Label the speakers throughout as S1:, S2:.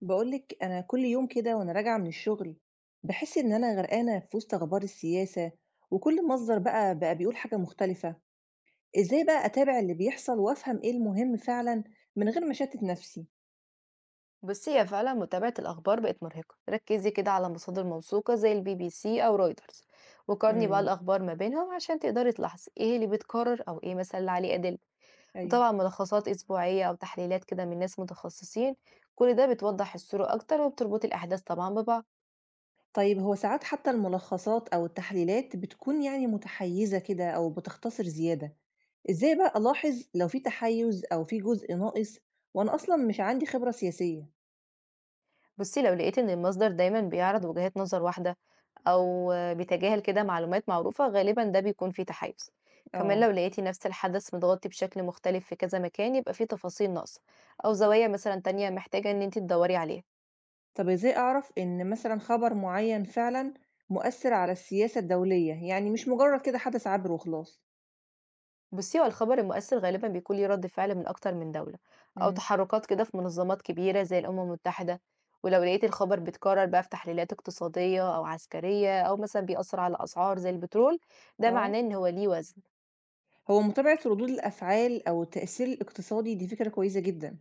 S1: بقولك أنا كل يوم كده وأنا راجعة من الشغل. بحس إن أنا غرقانة في وسط أخبار السياسة. وكل مصدر بقى بيقول حاجة مختلفة. إزاي بقى أتابع اللي بيحصل وأفهم إيه المهم فعلا من غير ما أشتت نفسي؟
S2: بصي يا فعلا متابعة الأخبار بقت مرهقة. ركزي كده على مصادر موثوقة زي البي بي سي أو رويترز، وقارني بقى
S1: امم.
S2: الأخبار ما بينهم عشان تقدري تلاحظي ايه اللي بيتكرر أو ايه مثلا اللي عليه أدلة.
S1: أيوه.
S2: وطبعا ملخصات أسبوعية أو تحليلات كده من ناس متخصصين، كل ده بتوضح الصورة أكتر وبتربط الأحداث طبعا ببعض.
S1: طيب هو ساعات حتى الملخصات أو التحليلات بتكون يعني متحيزة كده أو بتختصر زيادة. إزاي بقى ألاحظ لو في تحيز أو في جزء ناقص وأنا أصلا مش عندي خبرة سياسية؟
S2: بُصّي، لو لقيت إن المصدر دايمًا بيعرض وجهات نظر واحدة أو بيتجاهل كده معلومات معروفة، غالبًا ده بيكون فيه تحيُّز. كمان لو
S1: اه.
S2: لقيتِ نفس الحدث متغطي بشكل مختلف في كذا مكان، يبقى فيه تفاصيل ناقصة أو زوايا مثلًا تانية محتاجة إن أنتِ تدوّري عليها.
S1: طب إزاي أعرف إن مثلًا خبر معيّن فعلًا مؤثّر على السياسة الدولية، يعني مش مجرّد كده حدث عابر وخلاص؟
S2: بُصّي، هو الخبر المؤثر غالبًا بيكون ليه رد فعل من أكتر من دولة أو
S1: إمم.
S2: تحرُّكات كده في منظمات كبيرة زي الأمم المتحدة، ولو لقيتِ الخبر بيتكرر بقى في تحليلات اقتصادية أو عسكرية أو مثلًا بيأثّر على أسعار زي البترول، ده معناه
S1: آه.
S2: إن هو ليه وزن.
S1: هو متابعة ردود الأفعال أو التأثير الاقتصادي دي فكرة كويسة جدًا،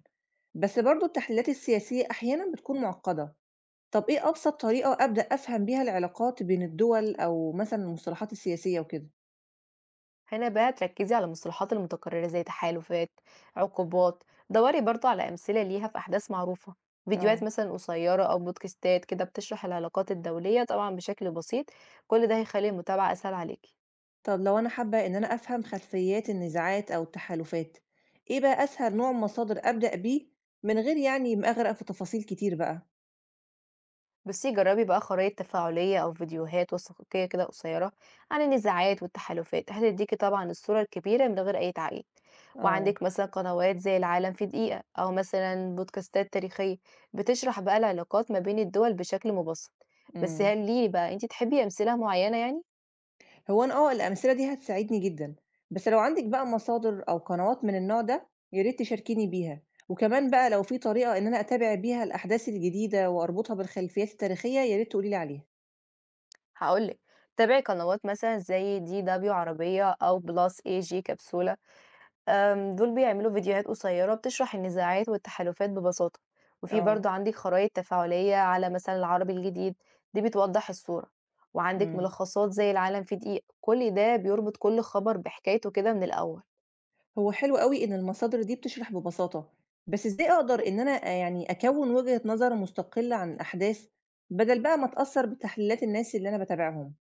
S1: بس برضه التحليلات السياسية أحيانًا بتكون معقّدة، طب إيه أبسط طريقة أبدأ أفهم بيها العلاقات بين الدول أو مثلًا المصطلحات السياسية وكده؟
S2: هنا بقى تركزي على المصطلحات المتكررة زي تحالفات، عقوبات. دوري برضو على أمثلة ليها في أحداث معروفة، فيديوهات
S1: آه.
S2: مثلا قصيرة أو بودكاستات كده بتشرح العلاقات الدولية طبعا بشكل بسيط. كل ده هيخلي المتابعة أسهل عليكي.
S1: طب لو أنا حابة إن أنا أفهم خلفيات النزاعات أو التحالفات، إيه بقى أسهل نوع مصادر أبدأ بيه من غير يعني ما أغرق في تفاصيل كتير بقى؟
S2: بُصّي، جرّبي بقى خرائط تفاعلية أو فيديوهات وثائقية كده قصيرة عن النزاعات والتحالفات، هتدّيكِ طبعًا الصورة الكبيرة من غير أي تعقيد،
S1: آه.
S2: وعندِك مثلًا قنوات زي العالم في دقيقة أو مثلًا بودكاستات تاريخية بتشرح بقى العلاقات ما بين الدول بشكل مبسّط. بس
S1: امم.
S2: هل ليه بقى أنتِ تحبّي أمثلة معيّنة يعني؟
S1: هو أنا الأمثلة دي هتساعدني جدا، بس لو عندك بقى مصادر أو قنوات من النوع ده يا ريت تشاركيني بيها، وكمان بقى لو في طريقة إن أنا أتابع بيها الأحداث الجديدة وأربطها بالخلفيات التاريخية يا ريت تقولي لي عليها.
S2: هاقول لِك، تابعي قنوات مثلًا زي DW عربية أو Plus AG كبسولة. دول بيعملوا فيديوهات قصيرة بتشرح النزاعات والتحالفات ببساطة، وفي
S1: آه.
S2: برضه عندِك خرايط تفاعلية على مثلًا العربي الجديد، دي بتوضح الصورة، وعندِك
S1: امم.
S2: ملخصات زي العالم في دقيقة، كل ده بيربط كل خبر بحكايته كده من الأول.
S1: هو حلو أوي إن المصادر دي بتشرح ببساطة، بس إزاي أقدر إن أنا يعني أكوِّن وجهة نظر مستقلة عن الأحداث، بدل بقى ما أتأثّر بتحليلات الناس اللي أنا باتابعهم؟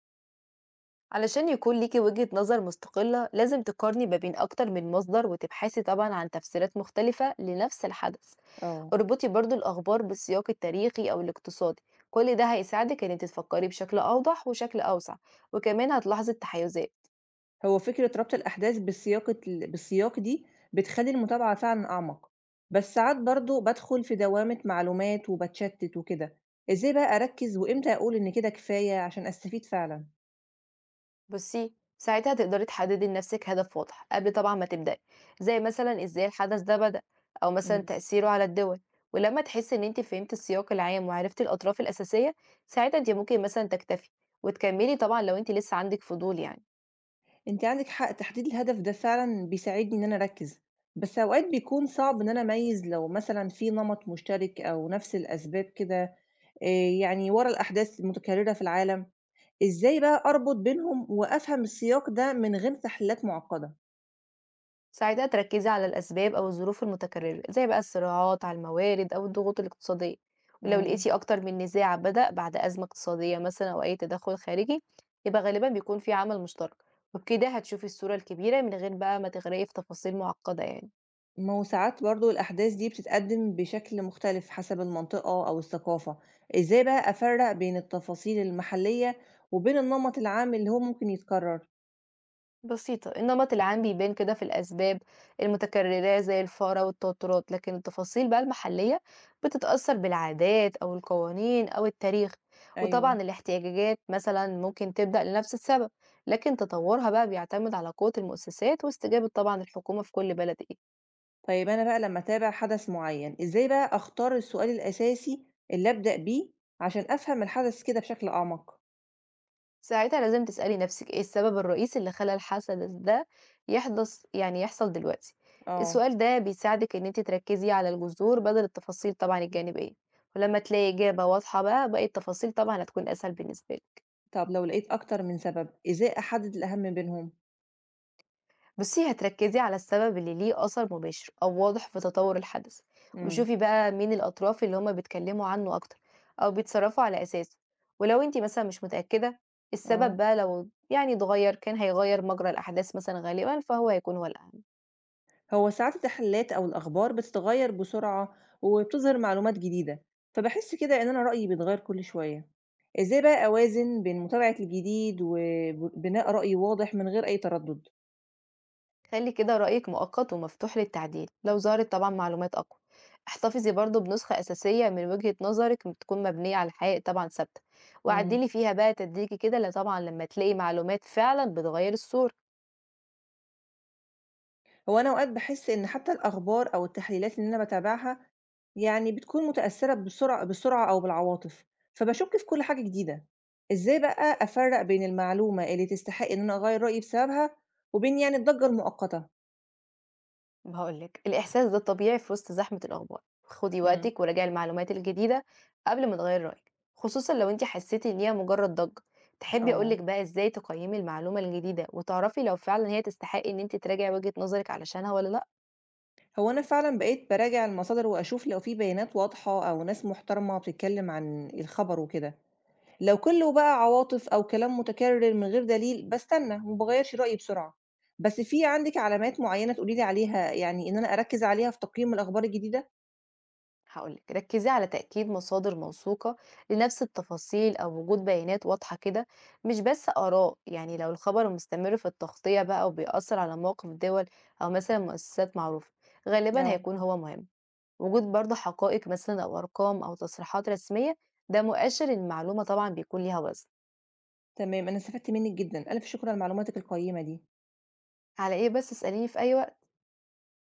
S2: علشان يكون ليكِ وجهة نظر مستقلة لازم تقارني ما بين أكتر من مصدر وتبحثي طبعًا عن تفسيرات مختلفة لنفس الحدث.
S1: آه.
S2: اربطي برضو الأخبار بالسياق التاريخي أو الاقتصادي، كل ده هيساعدك إن انت تفكري بشكل أوضح وشكل أوسع، وكمان هتلاحظي التحيزات.
S1: هو فكرة ربط الأحداث بالسياق دي بتخلّي المتابعة فعلًا أعمق، بس ساعات برضه بادخل في دوامة معلومات وباتشتت وكده، إزاي بقى أركّز وإمتى أقول إن كده كفاية عشان أستفيد فعلًا؟
S2: بصي ساعتها تقدري تحددي لنفسك هدف واضح قبل طبعا ما تبدأي، زي مثلا ازاي الحدث ده بدأ أو مثلا
S1: إمم.
S2: تأثيره على الدول. ولما تحسي إن انت فهمتي السياق العام وعرفتي الأطراف الأساسية، ساعتها انت ممكن مثلا تكتفي، وتكملي طبعا لو انت لسه عندك فضول يعني.
S1: أنتِ عندِك حق، تحديد الهدف ده فعلًا بيساعدني إن أنا أركّز، بس أوقات بيكون صعب إن أنا أميّز لو مثلًا في نمط مشترك أو نفس الأسباب كده، آآ، يعني ورا الأحداث المتكررة في العالم، إزاي بقى أربط بينهم وأفهم السياق ده من غير تحليلات معقدة؟
S2: ساعتها تركزي على الأسباب أو الظروف المتكررة زي بقى الصراعات على الموارد أو الضغوط الاقتصادية. ولو
S1: إمم.
S2: لقيتي أكتر من نزاع بدأ بعد أزمة اقتصادية مثلا أو أي تدخل خارجي، يبقى غالبا بيكون في عمل مشترك، وبكده هتشوفي الصورة الكبيرة من غير بقى ما تغرقي في تفاصيل معقدة يعني.
S1: ما هو ساعات برضه الأحداث دي بتتقدم بشكل مختلف حسب المنطقة أو الثقافة، إزاي بقى أفرّق بين التفاصيل المحلية وبين النمط العام اللي هو ممكن يتكرر؟
S2: بسيطة، النمط العام بيبان كده في الأسباب المتكررة زي الفقر أو التوترات، لكن التفاصيل بقى المحلية بتتأثر بالعادات أو القوانين أو التاريخ. وطبعا
S1: أيوه.
S2: الاحتياجات مثلا ممكن تبدأ لنفس السبب، لكن تطورها بقى بيعتمد على قوة المؤسسات واستجابة طبعا الحكومة في كل بلد إيه.
S1: طيب أنا بقى لمّا أتابع حدث معيّن، إزاي بقى أختار السؤال الأساسي اللي أبدأ بيه عشان أفهم الحدث كده بشكل أعمق؟
S2: ساعتها لازم تسألي نفسِك إيه السبب الرئيسي اللي خلّى الحدث ده يحدث، يعني يحصل دلوقتي؟
S1: آه.
S2: السؤال ده بيساعدِك إن أنتِ تركّزي على الجذور بدل التفاصيل طبعًا الجانبية، ولمّا تلاقي إجابة واضحة بقى، باقي التفاصيل طبعًا هتكون أسهل بالنسبة لِك.
S1: طب لو لقيت أكتر من سبب، إزاي أحدد الأهم بينهم؟
S2: بصي هتركزي على السبب اللي ليه أثر مباشر أو واضح في تطور الحدث،
S1: إمم.
S2: وشوفي بقى مين الأطراف اللي هما بيتكلموا عنه أكتر أو بيتصرفوا على أساسه. ولو انتي مثلا مش متأكدة، السبب
S1: آه.
S2: بقى لو يعني اتغير كان هيغير مجرى الأحداث مثلا، غالبا فهو هيكون هو الأهم.
S1: هو ساعات التحليلات أو الأخبار بتتغيّر بسرعة وبتظهر معلومات جديدة، فباحس كده إن أنا رأيي بيتغيّر كل شوية، إزاي بقى أوازن بين متابعة الجديد وبناء رأي واضح من غير أي تردد؟
S2: خلي كده رأيك مؤقت ومفتوح للتعديل لو ظهرت طبعا معلومات أقوى، احتفظي برضو بنسخة أساسية من وجهة نظرك تكون مبنية على حقائق طبعا ثابتة،
S1: إمم.
S2: وعدلي فيها بقى تدريجي كده لا طبعا لما تلاقي معلومات فعلا بتغير الصورة.
S1: هو أنا أوقات باحس إن حتى الأخبار أو التحليلات اللي أنا باتابعها، يعني بتكون متأثّرة بسرعة بالسرعة أو بالعواطف، فباشُك في كل حاجة جديدة. إزاي بقى أفرّق بين المعلومة اللي تستحق إن أنا أغيّر رأيي بسببها وبين يعني الضجة المؤقتة؟
S2: هاقول لِك، الإحساس ده طبيعي في وسط زحمة الأخبار، خدي
S1: إمم.
S2: وقتِك وراجعي المعلومات الجديدة قبل ما تغيّري رأيِك، خصوصًا لو أنتِ حسيتِ إن هي مجرد ضجة. تحبي أقول لِك
S1: آه.
S2: بقى إزاي تقيّمي المعلومة الجديدة وتعرفي لو فعلًا هي تستحقي إن أنتِ تراجعي وجهة نظرِك علشانها والّا لأ؟
S1: هو أنا فعلًا بقيت باراجع المصادر وأشوف لو في بيانات واضحة أو ناس محترمة بتتكلّم عن الخبر وكده. لو كله بقى عواطف أو كلام متكرر من غير دليل باستنى وما باغيّرش رأيي بسرعة، بس في عندِك علامات معيّنة تقولي لي عليها يعني إن أنا أركّز عليها في تقييم الأخبار الجديدة؟
S2: هاقول لِك، ركّزي على تأكيد مصادر موثوقة لنفس التفاصيل أو وجود بيانات واضحة كده، مش بس آراء. يعني لو الخبر مستمر في التغطية بقى وبيأثّر على مواقف دول أو مثلًا مؤسسات معروفة، غالبًا
S1: آه.
S2: هيكون هو مهم. وجود برضه حقائق مثلا أو أرقام أو تصريحات رسمية، ده مؤشر إن المعلومة طبعا بيكون ليها وزن.
S1: تمام، أنا استفدت منِّك جدًا، ألف شكر على معلوماتِك القيّمة دي.
S2: على إيه بس، اسأليني في أي وقت.